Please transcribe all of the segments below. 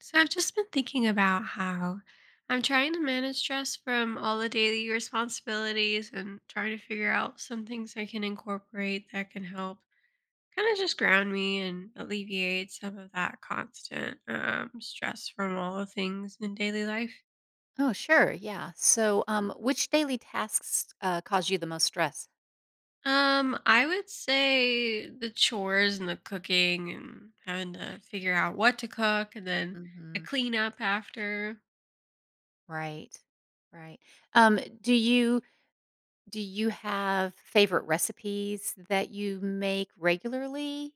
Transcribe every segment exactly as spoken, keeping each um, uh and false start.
So I've just been thinking about how I'm trying to manage stress from all the daily responsibilities and trying to figure out some things I can incorporate that can help kind of just ground me and alleviate some of that constant um, stress from all the things in daily life. Oh, sure. Yeah. So, um, which daily tasks uh, cause you the most stress? Um, I would say the chores and the cooking and having to figure out what to cook and then the hmm cleanup after. Right. Right. Um, do you do you have favorite recipes that you make regularly,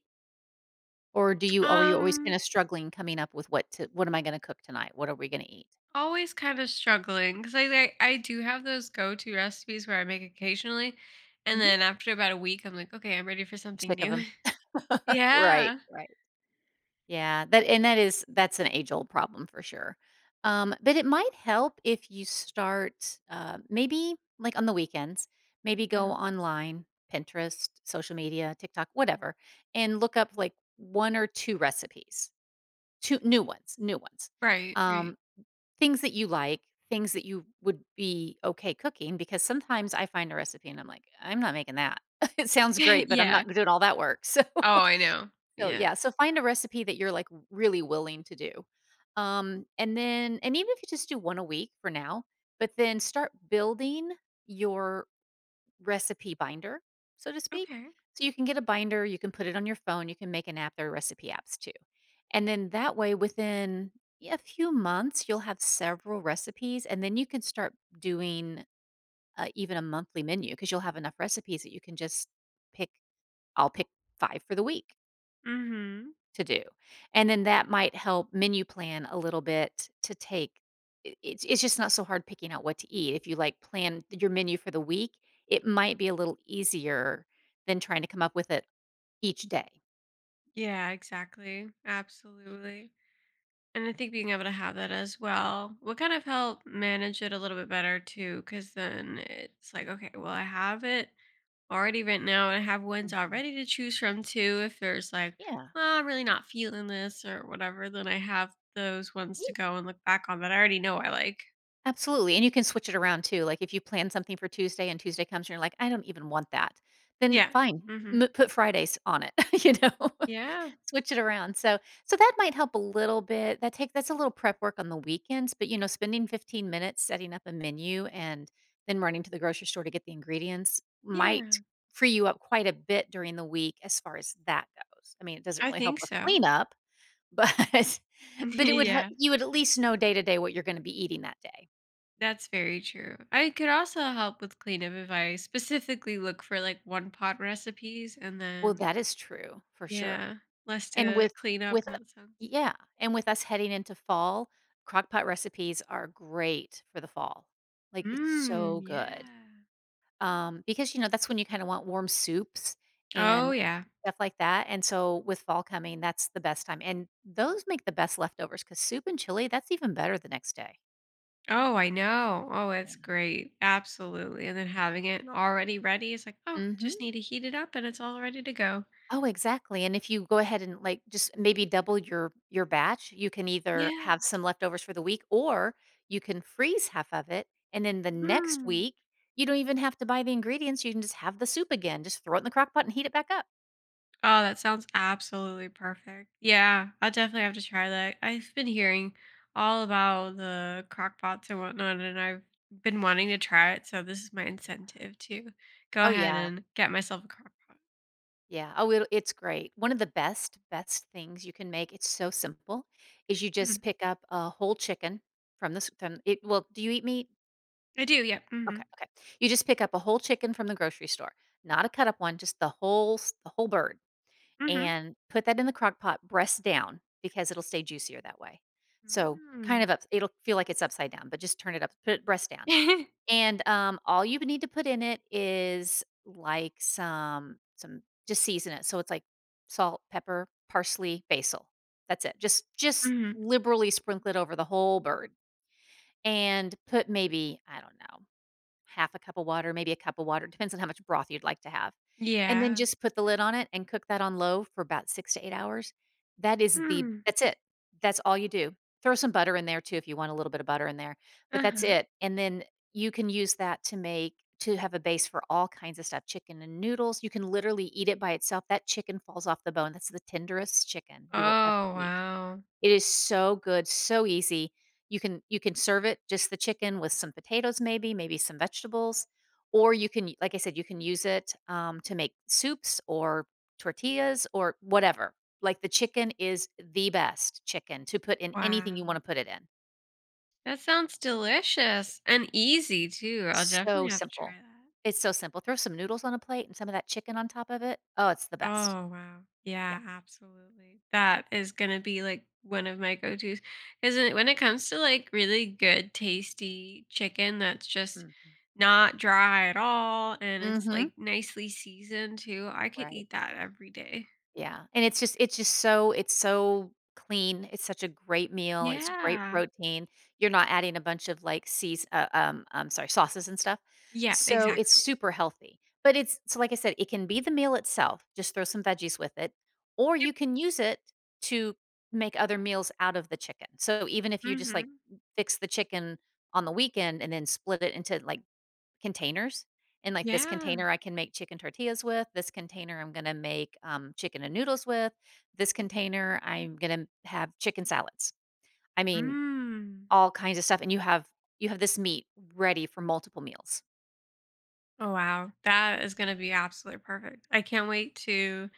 or do you are you always kind Um, of struggling coming up with what to what am I going to cook tonight? What are we going to eat? Always kind of struggling because I, I I do have those go to recipes where I make occasionally, and hmm then after about a week, I'm like, okay, I'm ready for something Sick of them. new. Right. Yeah. Right. Yeah, that and that is that's an age-old problem for sure. Um, but it might help if you start, uh, maybe, like, on the weekends, maybe go Uh-huh. online, Pinterest, social media, TikTok, whatever, and look up, like, one or two recipes, two new ones new ones. Right. Um, Right. Things that you like, things that you would be okay cooking, because sometimes I find a recipe and I'm like, "I'm not making that." It sounds great, but I'm Yeah. not doing all that work, so Oh, I know. so, Yeah. yeah, so find a recipe that you're, like, really willing to do. Um, and then and even if you just do one a week for now, but then start building your recipe binder, so to speak. Okay. So you can get a binder, you can put it on your phone, you can make an app, there are recipe apps too. And then that way, within yeah, a few months, you'll have several recipes, and then you can start doing, uh, even a monthly menu because 'cause you'll have enough recipes that you can just pick I'll pick five for the week. Mm-hmm. To do, and then that might help menu plan a little bit to take I it's it's just not so hard picking out what to eat. If you, like, plan your menu for the week, it might be a little easier than trying to come up with it each day. Yeah, exactly. Absolutely. And I think being able to have that as well will kind of help manage it a little bit better too, because then it's like, okay, well, I have it already written out. I have ones Mhm. already to choose from too. If there's like, Yeah. oh, I'm really not feeling this or whatever, then I have those ones to go and look back on that I already know I like. Absolutely, and you can switch it around too, like, if you plan something for Tuesday and Tuesday comes and you're like, "I don't even want that," then Yeah. fine, Hmm. m put Fridays on it, you know? Yeah. Switch it around, so so that might help a little bit, that take that's a little prep work on the weekends, but, you know, spending fifteen minutes setting up a menu and then running to the grocery store to get the ingredients might Yeah. free you up quite a bit during the week as far as that goes. I mean, it doesn't I really help think with so. cleanup, but Mhm. but it would hel Yeah. you would at least know day to day what you're gonna be eating that day. That's very true. I could also help with cleanup if I specifically look for like one pot recipes and Well, then, that is true for sure. yeah, less And to with clean up with in uh, that sense. yeah, and with us heading into fall, crockpot recipes are great for the fall. Like, it's Mm, so good. yeah. Um, because, you know, that's when you kinda want warm soups Oh, and yeah. stuff like that, and so with fall coming, that's the best time, and those make the best leftovers because soup and chili, that's even better the next day. Oh, I know. Oh, it's Yeah. great. Absolutely. And then having it already ready is like, oh, I just Mhm. need to heat it up and it's all ready to go. Oh, exactly, and if you go ahead and, like, just maybe double your your batch, you can either Yeah. have some leftovers for the week, or you can freeze half of it, and then the next Mm. week, you don't even have to buy the ingredients, you can just have the soup again, just throw it in the crock pot and heat it back up. Oh, that sounds absolutely perfect. Yeah, Yeah, I'll definitely have to try that. I've been hearing all about the crock pots and whatnot, and I've been wanting to try it. So this is my yeah. incentive to go Oh, ahead yeah, and get myself a crock pot. yeah. Oh, it it's great. One of the best, best things you can make, it's so simple, is you just Mhm. pick up a whole chicken from the s from it well, do you eat meat? I do, yep. Hmm. Okay, okay. You just pick up a whole chicken from the grocery store, not a cut up one, just the whole s- the whole bird, Hmm. and put that in the crock pot, breast down, because it'll stay juicier that way. So Mm-hmm. kind of up, it'll feel like it's upside down, but just turn it up, put it breast down, and um, all you need to put in it is like some some just season it. So it's like salt, pepper, parsley, basil. That's it. Just just liberally sprinkle it over the whole bird, and put maybe I don't know half a cup of water, maybe a cup of water, depends on how much broth you'd like to have. And then Yeah. just put the lid on it and cook that on low for about six to eight hours. That is the Mm. that's it. That's all you do. Throw some butter in there too if you want a little bit of butter in there, but that's Uh-huh. it. And then you can use that to make to have a base for all kinds of stuff, chicken and noodles. You can literally eat it by itself. That chicken falls off the bone. That's the tenderest chicken Oh, you will ever eat. wow. It is so good, so easy. You can you can serve it just the chicken with some potatoes maybe, maybe some vegetables, or you can like I said, you can use it, um, to make soups or tortillas or whatever. Like, the chicken is the best chicken to put in anything you Wow. wanna put it in. That sounds delicious and easy too. I'll So definitely have to try simple. that. It's so simple. Throw some noodles on a plate and some of that chicken on top of it. Oh, it's the best. Oh, wow. Yeah. Yeah, absolutely. That is going to be like one of my go-tos cuz when it comes to like really good tasty chicken that's just Mhm. not dry at all and it's Mhm. like nicely seasoned too, I could Right. eat that every day. Yeah, and it's just it's just so it's so clean, it's such a great meal, it's great Yeah. protein, you're not adding a bunch of, like, seas uh, um, I'm sorry, sauces and stuff, Yeah, so it's exactly. super healthy, but it's so like I said, it can be the meal itself, just throw some veggies with it, or Yep. you can use it to make other meals out of the chicken, so even if you just, like, Mhm. fix the chicken on the weekend and then split it into, like, containers, and, like, this Yeah. container I can make chicken tortillas with, this container I'm gonna make, um, chicken and noodles with, this container I'm gonna have chicken salads. I mean, Mm. all kinds of stuff, and you have you have this meat ready for multiple meals. Oh wow, that is going to be absolutely perfect. I can't wait to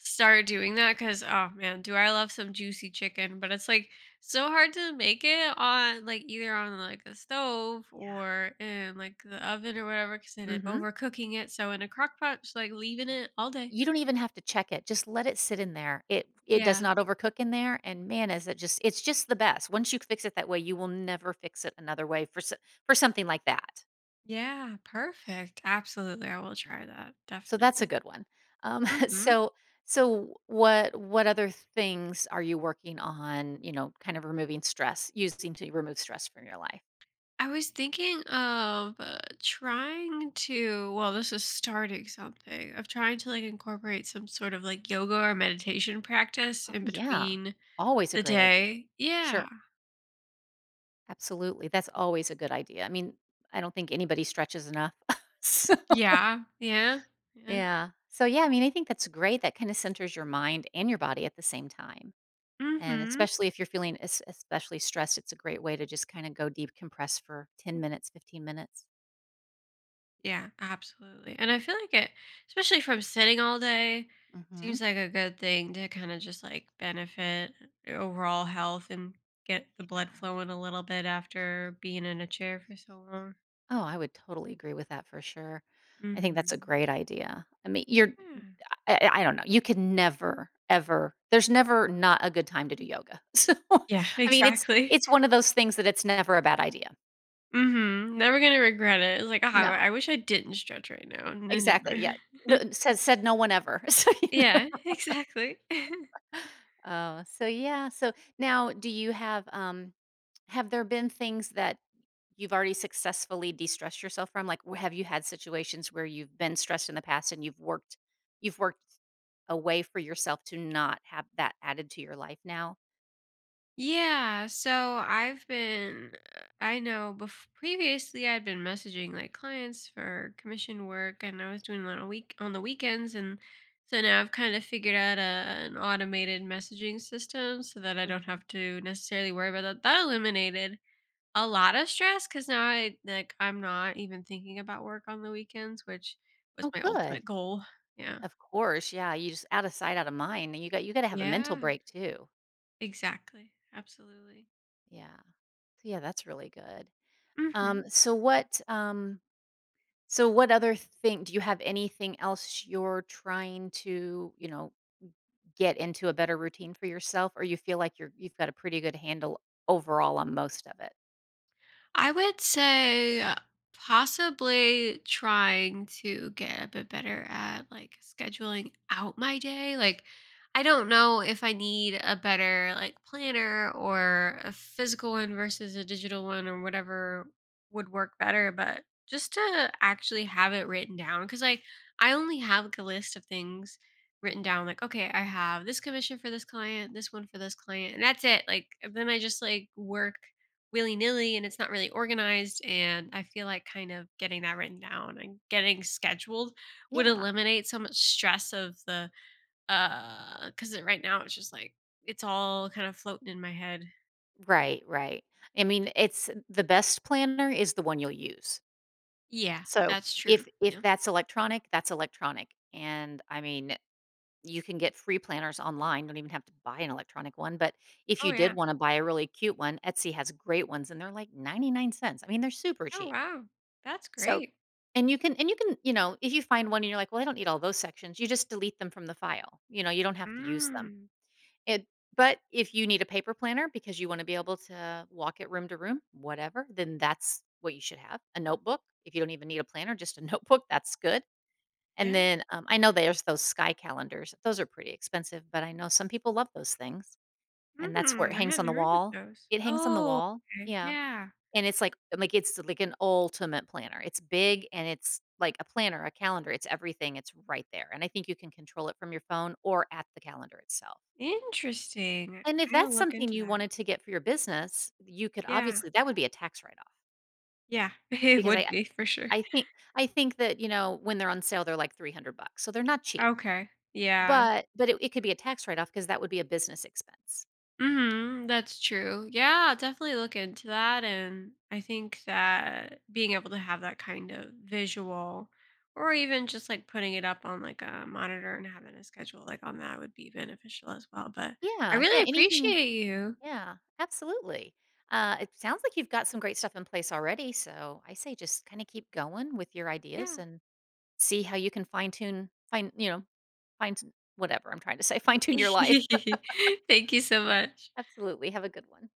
start doing that cuz oh man, do I love some juicy chicken, but it's like so hard to make it on like either on like the stove or in like the oven or whatever cuz then Yeah. mm it Mhm. overcooking it. So in a crock pot, just like leaving Yeah. it all day. You don't even have to check it, just let it sit in there. It it does Yeah. not overcook in there, and man, is it just it's just the best. Once you fix it that way, you will never fix it another way for so for something like that. Yeah, perfect. Absolutely. I will try that. So that's a Definitely. good one. Um, Mhm. so so what what other things are you working on, you know, kind of removing stress, using to remove stress from your life? I was thinking of uh, trying to, well, this is starting something, of trying to like incorporate some sort of like yoga or meditation practice Oh in yeah. between Always a the great idea. day. Sure. Yeah. Absolutely. That's always a good idea. I mean, I don't think anybody stretches enough. So- Yeah. Yeah. Yeah. yeah. So yeah, I mean, I think that's great. That kind of centers your mind and your body at the same time. And Mm-hmm. especially if you're feeling es- especially stressed, it's a great way to just kind of go deep compress for ten minutes, fifteen minutes. Yeah, absolutely. And I feel like it, especially from sitting all day, hmm seems like a good thing to kind of just like benefit your overall health and get the blood Yeah. flowing a little bit after being in a chair for so long. Oh, I would totally agree with that for sure. I think that's a Mm-hmm. great idea. I mean, you're Yeah. I, I I don't know. You can never ever there's never not a good time to do yoga. So, Yeah, I mean, it's exactly. it's one of those things that it's never a bad idea. Mhm. Never gonna regret it. It's like, "Ah, No. I wish I didn't stretch right now." N Exactly. never. Yeah. No, said said no one ever. So, you know. Yeah, exactly. Oh, so yeah. So now do you have um have there been things that you've already successfully de-stressed yourself from? Like, wh have you had situations where you've been stressed in the past and you've worked you've worked a way for yourself to not have that added to your life now? Yeah, so I've been I know bef previously, I'd been messaging, like, clients for commission work, and I was doing it on a week on the weekends, and so now I've kinda figured out a an automated messaging system so that I don't Mhm. have to necessarily worry about that. That eliminated a lot of stress because now I like, I'm not even thinking about work on the weekends, which was Oh, my good. ultimate goal. Yeah. Of course, yeah, you just out of sight, out of mind, and you got you gotta have a mental Yeah. break too. Exactly. Absolutely. Yeah. So, yeah, that's really good. Mhm. Um, so what, um so what other thing do you have anything else you're trying to, you know, get into a better routine for yourself, or you feel like you're you've got a pretty good handle overall on most of it? I would say uh, possibly trying to get a bit better at like scheduling out my day. Like, I don't know if I need a better like planner or a physical one versus a digital one or whatever would work better, but just to actually have it written down because I I only have like a list of things written down like okay I have this commission for this client this one for this client and that's it like then I just like work willy nilly and it's not really organized. And I feel like kind of getting that written down and getting scheduled would Yeah. eliminate so much stress of the, uh, because right now it's just like, it's all kind of floating in my head. Right, right. I mean, it's the best planner is the one you'll use. Yeah, So, that's true. if if Yeah. that's electronic, that's electronic, and, I mean, you can get free planners online, don't even have to buy an electronic one, but if Oh, you did yeah. wanna buy a really cute one, Etsy has great ones, and they're like ninety-nine cents. I mean, they're super Oh, cheap. wow. That's So great. and you can and you can, you know, if you find one and you're like, "Well, I don't need all those sections," you just delete them from the file. You know, you don't have to use them. Mm, It But if you need a paper planner because you wanna be able to walk it room to room, whatever, then that's what you should have. A notebook, if you don't even need a planner, just a notebook, that's good. And yeah. then, um, I know there's those sky calendars. Those are pretty expensive, but I know some people love those things, and that's where it Mm, I hangs on hadn't the heard of wall. those. It hangs on the Oh, wall. okay. Yeah. Yeah. And it's like like, it's like an ultimate planner. It's big and it's like a planner, a calendar, it's everything, it's right there, and I think you can control it from your phone or at the calendar itself. Interesting. And if I'll that's look something into you that. wanted to get for your business, you could Yeah. obviously that would be a tax write-off Yeah. It because I would be for sure. I think I think that, you know, when they're on sale, they're like three hundred bucks, so they're not cheap. Okay. Yeah. But but That's it it could be fair. a tax write-off off because that would be a business expense. Mhm, that's true. Yeah, I'll definitely look into that and I think that being able to have that kind of visual or even just like putting it up on like a monitor and having a schedule like on that would be beneficial as well, but I Yeah, yeah, really anything. appreciate you. Yeah, absolutely. Uh, it sounds like you've got some great stuff in place already. So I say just kind of keep going with your ideas Yeah. and see how you can fine tune, fine, you know, fine, whatever I'm trying to say, fine tune your life. Thank you so much. Absolutely. Have a good one.